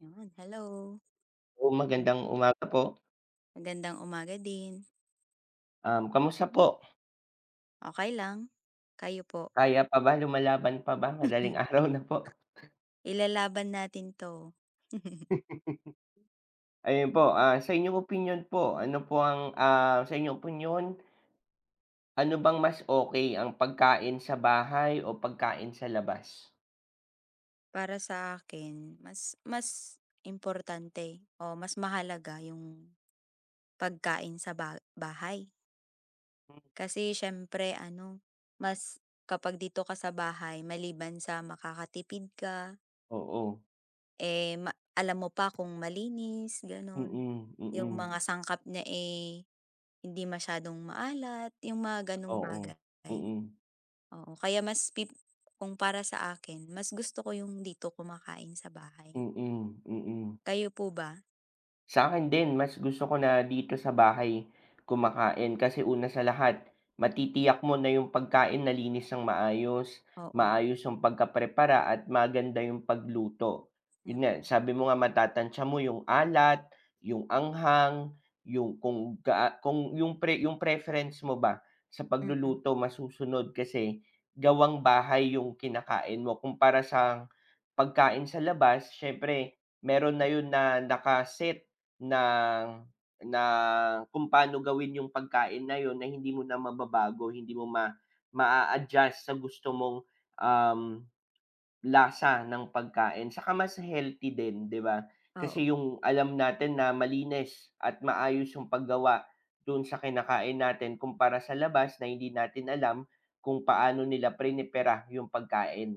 'Yon, hello. Oo, Mag magandang umaga po. Magandang umaga din. Kamusta po? Okay lang. Kayo po? Kaya pa ba, lumalaban pa ba? Madaling araw na po. Ilalaban natin 'to. Ayun po, sa inyong opinion ano bang mas okay ang pagkain sa bahay o pagkain sa labas? Para sa akin, mas mas importante o mas mahalaga yung pagkain sa bahay. Hmm, Kasi siyempre ano, mas kapag dito ka sa bahay maliban sa makakatipid ka, oo. eh, ma alam mo pa kung malinis, gano'n. Mm, Yung mm. mga sangkap niya, eh, hindi masyadong maalat, yung mga gano'ng Oo. bagay, Mm. oo. Kaya mas pip Kung para sa akin, mas gusto ko yung dito kumakain sa bahay. Mm, mm, mm. Kayo po ba? Sa akin din mas gusto ko na dito sa bahay kumakain kasi una sa lahat matitiyak mo na yung pagkain nalinis ng maayos, Oo, maayos yung pagkaprepara at maganda yung pagluto. Yun nga, mm, sabi mo nga matatantya mo yung alat, yung anghang, yung kung yung yung preference mo ba sa mm, pagluluto masusunod kasi gawang bahay yung kinakain mo kumpara sa pagkain sa labas, siyempre meron na yun na nakaset ng na kung paano gawin yung pagkain na yun na hindi mo na mababago, hindi mo ma ma adjust sa gusto mong, um, lasa ng pagkain. Saka mas healthy din, 'di ba? Kasi oo. yung alam natin na malinis at maayos yung paggawa dun sa kinakain natin kumpara sa labas na hindi natin alam kung paano nila prinepera yung pagkain.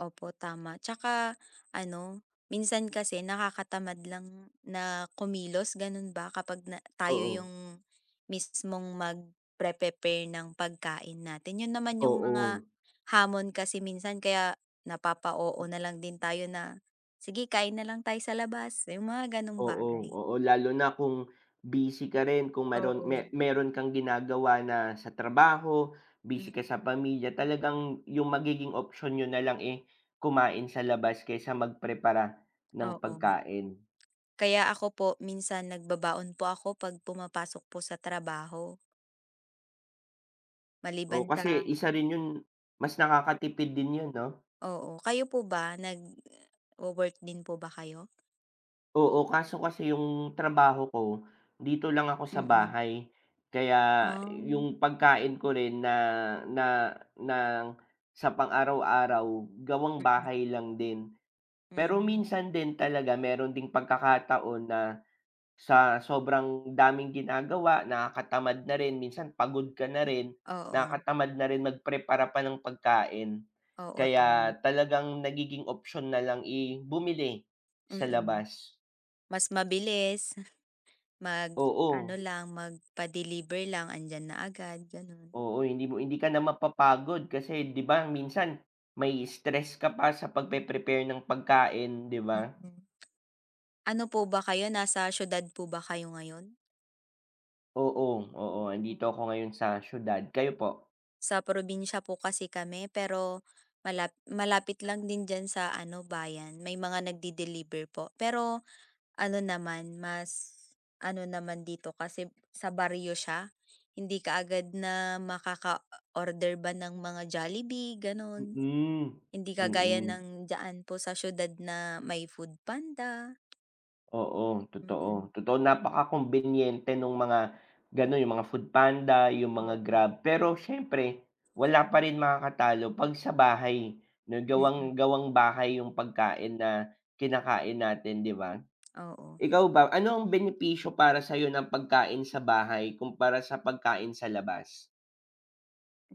Opo, tama. Tsaka ano, minsan kasi nakakatamad lang na kumilos, ganun ba? Kapag na tayo Oo, yung mismong magpre-prepare ng pagkain natin. Yun naman yung oo. mga hamon kasi minsan kaya napapa-oo na lang din tayo na, "Sige, kain na lang tayo sa labas." Yung mga ganong Oo, bagay. oo lalo na kung busy ka rin, kung meron me Oo, meron kang ginagawa na sa trabaho, busy mm, ka sa pamilya, talagang yung magiging option niyo na lang, eh, kumain sa labas kaysa magprepara ng oo. pagkain. Kaya ako po minsan nagbabaon po ako 'pag pumapasok po sa trabaho, Oo, maliban sa. kasi isa rin yun, mas nakakatipid din yun 'no? Oo, kayo po ba, nagwo-work din po ba kayo? Oo, kaso kasi yung trabaho ko, dito lang ako sa Mm, bahay. Kaya ah, yung pagkain ko rin na na na sa pang-araw-araw, gawang mm, bahay lang din. Pero mhm, minsan din talaga meron ding pagkakataon na sa sobrang daming ginagawa, nakakatamad na rin, minsan pagod ka na rin, oo, nakakatamad na rin magprepara pa ng pagkain. oo tama, Kaya talagang nagiging option na lang bumili sa mm. labas. Mas mabilis mag-ano Oo, lang, magpa-deliver lang andiyan na agad gano'n, oo, hindi ka na mapapagod kasi 'di ba minsan may stress ka pa sa pagpe-prepare ng pagkain, 'di ba? mm. Ano po ba, kayo nasa siyudad po ba kayo ngayon? Oo, oo, Oh, andito ako ngayon sa siyudad, kayo po? sa probinsya po kasi kami pero malapit lang din diyan sa ano bayan, may mga nagde-deliver po pero ano naman, ano naman dito kasi sa baryo siya, hindi ka agad na makaka-order ba ng mga Jollibee, gano'n. Mm, Hindi kagaya mm, ng diyaan po sa siyudad na may foodpanda, oo, totoo. mm. Totoo, napaka-kumbinyente nung mga gano'n, yung mga Foodpanda, yung mga Oo. Grab. Pero siyempre wala pa rin makakatalo 'pag sa bahay, na gawang Mm, gawang bahay yung pagkain na kinakain natin, 'di ba? oo. Ikaw ba, ano ang benepisyo para sa'yo ng pagkain sa bahay kumpara sa pagkain sa labas?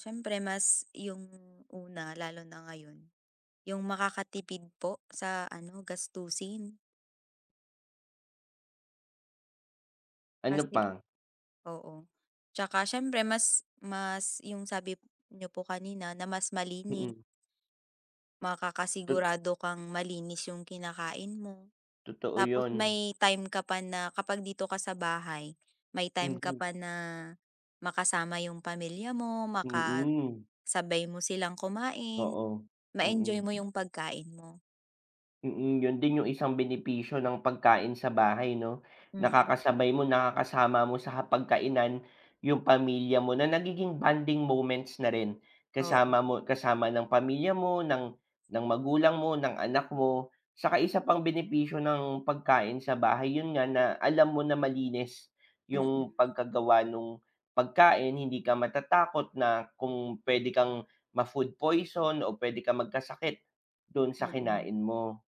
Siyempre mas yung una, lalo na ngayon, yung makakatipid po sa ano, gastusin. Ano Kasi pa? oo, 'tsaka siyempre mas mas yung sabi nyo po kanina na mas malinis. Mm, tot Makakasigurado kang malinis yung kinakain mo. totoo Tapos 'yun. may time ka pa na kapag dito ka sa bahay, may time ka Mhm, pa na makasama yung pamilya mo, makasabay mm, mo silang kumain, oo, ma-enjoy mm. mo yung pagkain mo. Mm, yun din yung isang benepisyo ng pagkain sa bahay 'no, Mm, nakakasabay mo, nakakasama mo sa hapagkainan yung pamilya mo na nagiging bonding moments na rin, oo. kasama mo, kasama ng pamilya mo, ng magulang mo, ng anak mo. Saka isa pang benepisyo ng pagkain sa bahay, yun nga na alam mo na malinis Mm, yung pagkagawa nung pagkain, hindi ka matatakot na kung puwede kang ma-food poison o puwede kang magkasakit don sa mm. kinain mo.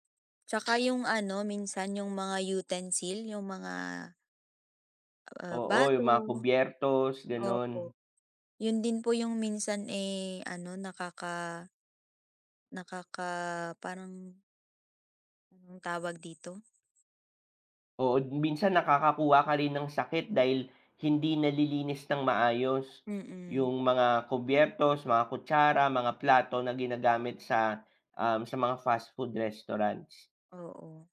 Tsaka yung ano, minsan yung mga utensil, yung mga, ah, Oo, yung baso, mga kubyertos, gano'n. opo. Yun din po yung minsan, eh, ano, nakaka nakaka parang anong tawag dito? Oo, minsan nakakakuha ka rin ng sakit dahil hindi nalilinis ng maayos Mm, yung mga kubyertos, mga kutsara, mga plato na ginagamit sa mga fast food restaurants. oo.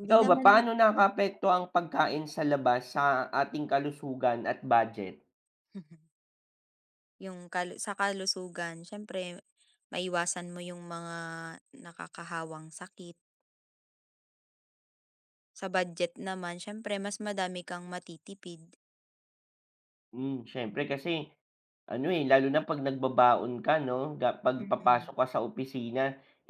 Hindi Ikaw ba, naman. paano nakakaapekto ang pagkain sa labas sa ating kalusugan at budget? yung kalu sa kalusugan siyempre maiwasan mo yung mga nakakahawang sakit. Sa budget naman siyempre mas madami kang matitipid. Hmm, siyempre kasi ano, eh, lalo na 'pag nagbabaon ka 'no, 'pag Mm-mm. papasok ka sa opisina,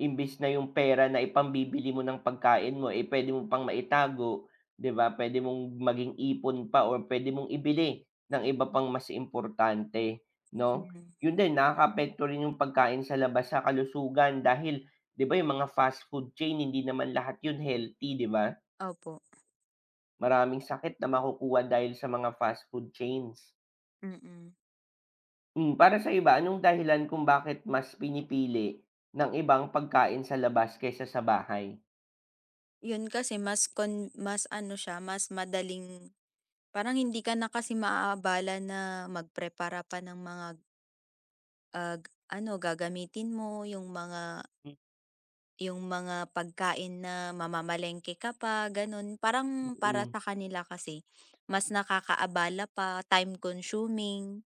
imbis na yung pera na ipambibili mo ng pagkain mo, eh, puwede mo pang maitago, 'di ba? Puwede mong maging ipon pa, or puwede mong ibili ng iba pang mas importante, Mm, 'no? mhm. Yun din, nakakaapekto rin yung pagkain sa labas sa kalusugan dahil 'di ba yung mga fast food chain, hindi naman lahat yun healthy, 'di ba? Opo, Maraming sakit na makukuha dahil sa mga fast food chains. mm. Hmm, para sa iba, anong dahilan kung bakit mas pinipili ng ibang pagkain sa labas kaysa sa bahay? Yun kasi mas ano siya, mas madaling parang hindi ka na kasi maaabala na magprepara pa ng mga, ano gagamitin mo, yung mga Hmm, yung mga pagkain na mamamalengke ka pa, gano'n. Parang para mm. sa kanila kasi mas nakakaabala pa, time consuming.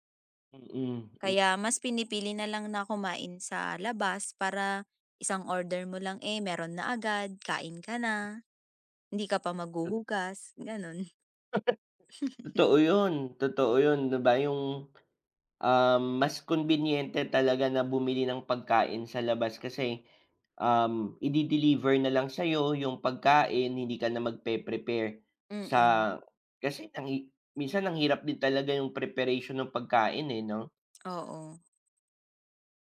Mm, mm, hmm, Kaya mas pinipili na lang na kumain sa labas para isang order mo lang, eh, meron na agad, kain ka na, hindi ka pa maghuhugas, gano'n. totoo yun, totoo yun, 'di ba yung, mas kumbinyente talaga na bumili ng pagkain sa labas kasi, ide-deliver na lang sa'yo yung pagkain, hindi ka na magpe-prepare sa Mm, kasi ang hi minsan ang hirap din talaga yung preparation ng pagkain, eh, 'no? oo.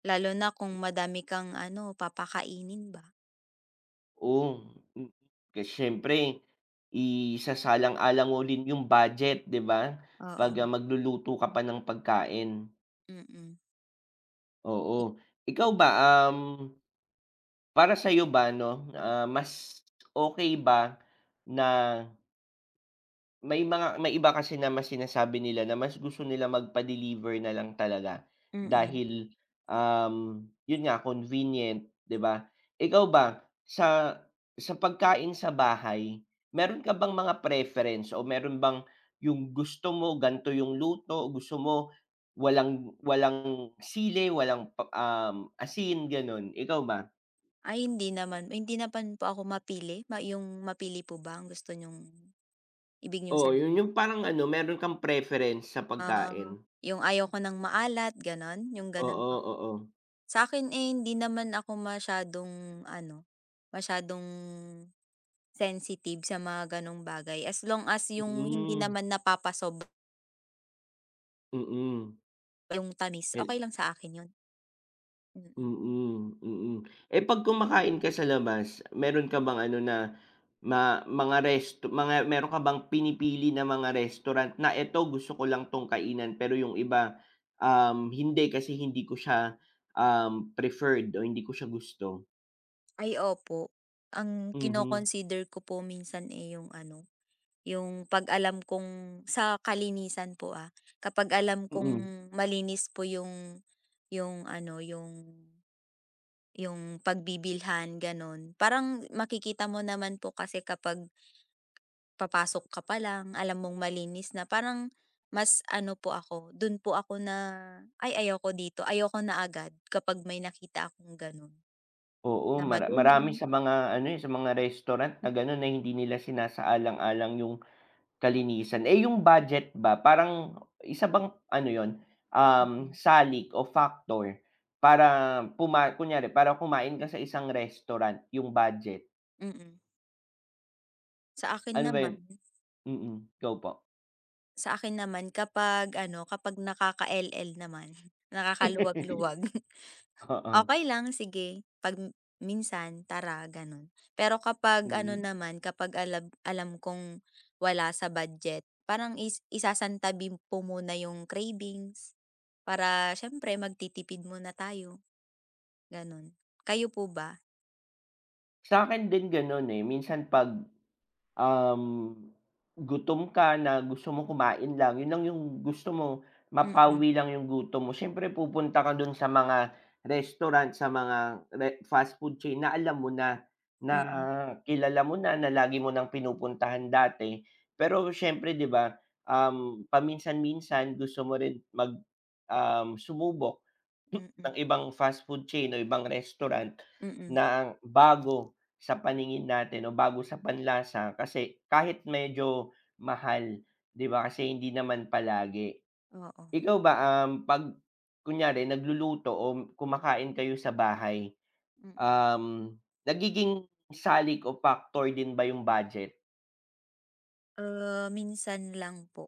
Lalo na kung madami kang ano, papakainin ba. Oo, mm. Kasi siyempre isasalang-alangunin yung budget, 'di ba? 'Pag, Oo, magluluto ka pa ng pagkain, mm. oo. Ikaw ba, um, para sa'yo ba 'no, mas okay ba na may may iba kasi na mas sinasabi nila na mas gusto nila magpa-deliver na lang talaga Mm. dahil, yun nga convenient, 'di ba? Ikaw ba sa pagkain sa bahay, meron ka bang mga preference o meron bang yung gusto mo ganto yung luto, o gusto mo walang walang sili, walang pa asin, gano'n, ikaw ba? Ay hindi naman po ako mapili, ma yung mapili po ba ang gusto niyong ibig niyong Oo, yun sabihin? yung parang ano, meron kang preference sa Ah, pagkain? yung ayaw ko ng maalat gano'n, yung Oo, gano'n po? oo. Oo. Sa akin eh, hindi naman ako masyadong ano, masyadong sensitive sa mga gano'ng bagay as long as yung hindi Mm. naman napapasob Mm, yung tamis, hel okay lang sa akin 'yun. Mm. mm, mm. Eh, 'pag kumakain ka sa labas, meron ka bang ano na ma mga resto mga meron ka bang pinipili na mga restaurant na, eto gusto ko lang 'tong kainan pero yung iba, hindi ko siya, preferred o hindi ko siya gusto? Ay opo, ang Mhm, kino-consider ko po minsan, eh, yung ano yung 'pag alam kong sa kalinisan po, ah, kapag alam kong mm. malinis po yung ano, yung pagbibilhan gano'n. Parang makikita mo naman po kasi kapag papasok ka pa lang alam mong malinis na, parang mas ano po ako, dun po ako na, "Ay ayoko dito." Ayoko na agad kapag may nakita akong gano'n Oo, na mara madumi. marami sa mga ano, eh, sa mga restaurant na gano'n na hindi nila sinasaalang-alang yung kalinisan. Eh, yung budget ba, parang isa bang ano yon, Mm, salik o factor para kunyari para kumain ka sa isang restaurant yung budget? mm. Sa akin Ano ba naman yun? Mm, go po. Sa akin naman kapag ano, kapag naman, nakakaluwag-luwag, Oo, okay lang sige, minsan, tara gano'n. Pero kapag ano mm. naman, kapag alam alam kong wala sa budget, parang isasantabi ko muna yung cravings para siyempre magtitipid muna tayo, gano'n. Kayo po ba? Sa'kin din ganun, eh, minsan 'pag Um, gutom ka na gusto mo kumain lang, yun lang yung gusto mo, Mm, mapawi lang yung gutom mo, siyempre pupunta ka dun sa mga restaurant, sa mga fast food chain na alam mo na, na mm, kilala mo na, na lagi mo ng pinupuntahan dati. Pero siyempre 'di ba, paminsan-minsan gusto mo rin sumubok ng mm, ibang fast food chain o ibang restaurant mm, na ang bago sa paningin natin o bago sa panlasa, kasi kahit medyo mahal, 'di ba, kasi hindi naman palagi. oo, Ikaw ba, 'pag kunyari nagluluto o kumakain kayo sa bahay, mm. um, nagiging salik o factor din ba yung budget? Uh, minsan lang po.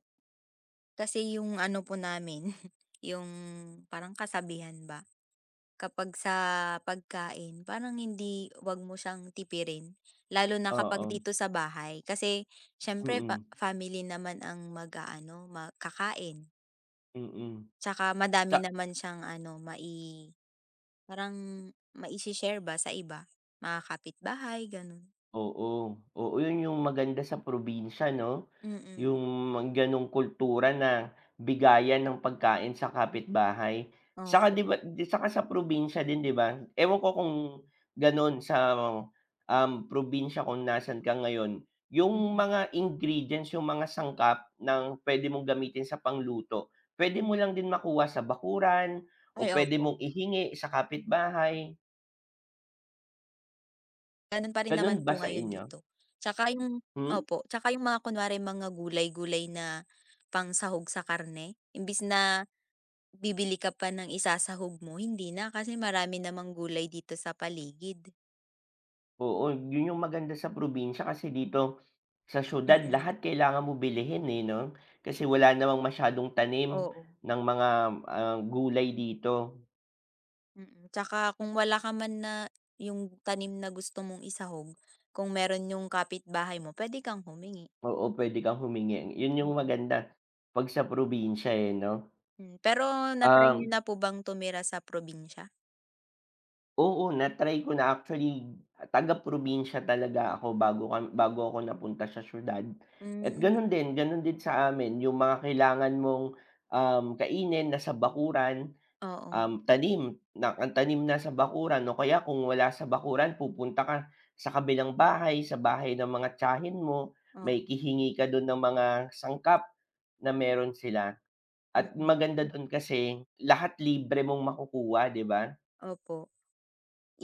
Kasi yung ano po namin, yung parang kasabihan ba, kapag sa pagkain parang hindi 'wag mo siyang tipirin, lalo na kapag Oo, dito sa bahay. Kasi siyempre mm, family naman ang mag-aano, ma mm. tsaka madami Sa naman siyang ano, mai parang maise-share ba sa iba, mga kapitbahay gano'n. Oo, oo, yun yung maganda sa probinsya 'no, Mm, yung mga gano'ng kultura na bigayan ng pagkain sa kapitbahay. Saka opo, 'di ba saka sa probinsya din, 'di ba, ewan ko kung gano'n sa, probinsya kung nasan ka ngayon, yung mm. mga ingredients, yung mga sangkap ng pwede mong gamitin sa pangluto, pwede mo lang din makuha sa bakuran o Ay, pwede opo. mong ihingi sa kapitbahay, Gano'n pa rin gano'n naman po ba sa ngayon inyo? dito. Tsaka yung Hmm? opo, tsaka yung mga kunwari mga gulay-gulay na pangsahog sa karne, imbis na bibili ka pa ng isasahog mo, hindi na kasi marami namang gulay dito sa paligid. Oo, yun yung maganda sa probinsya kasi dito sa siyudad Mm, lahat kailangan mo bilhin, eh, 'no? Kasi wala namang masyadong tanim oo, ng mga, gulay dito. mm. Tsaka kung wala ka man na yung tanim na gusto mong isahog, kung meron yung kapitbahay mo, puwede kang humingi. Oo, puwede kang humingi. Yun yung Mm, maganda 'pag sa probinsya, eh, 'no? hmm. Pero na-try niyo Um, na po bang tumira sa probinsya? oo, na-try ko na actually, taga-probinsya talaga ako bago kam bago ako napunta sa siyudad, at Hmm, gano'n din sa amin yung mga kailangan mong, kainin nasa bakuran. oo, Tanim na ang tanim nasa bakuran o kaya kung wala sa bakuran pupunta ka sa kabilang bahay, sa bahay ng mga tiyahin mo, may oo, kihingi ka dun ng mga sangkap na meron sila, at mm, maganda dun kasi lahat libre mong makukuha, 'di ba? opo.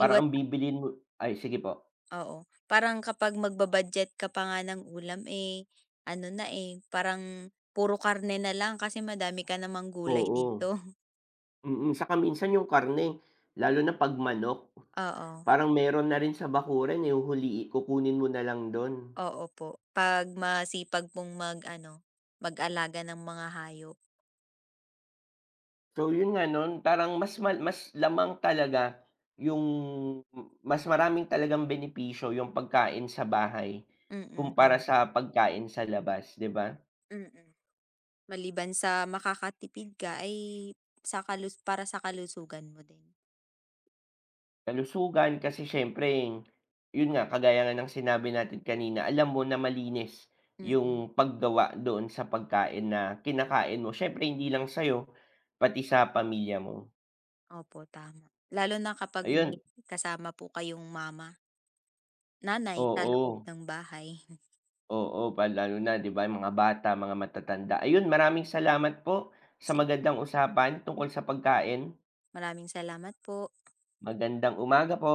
Parang ang bibilhin mo ay sige po. oo. Parang kapag magba-budget ka pa nga ng ulam, eh, ano na, eh, parang puro karne na lang kasi madami ka namang gulay Oo, dito. mm. Saka minsan yung karne, lalo na 'pag manok, Oo, parang meron na rin sa bakuran, eh, huli kukunin mo na lang dun. oo po. 'Pag masipag pong mag-ano, mag-alaga ng mga hayop. So yun nga 'no, parang mas mal mas lamang talaga yung, mas maraming talagang benepisyo yung pagkain sa bahay Mm, kumpara tama. sa pagkain sa labas, 'di ba? Mm. Maliban sa makakatipid ka ay sa kalus para sa kalusugan mo din. Kalusugan, kasi siyempre yun nga, kagaya nga ng sinabi natin kanina, alam mo na malinis yung Mm. paggawa doon sa pagkain na kinakain mo. Siyempre hindi lang sa'yo, pati sa pamilya mo. Opo, tama. Lalo na kapag may Ayun, kasama po kayong mama, nanay sa loob oo. ng bahay. Oo, lalo na 'di ba yung mga bata, mga matatanda. Ayun, maraming salamat po sa Si magandang usapan tungkol sa pagkain. Maraming salamat po. Magandang umaga po.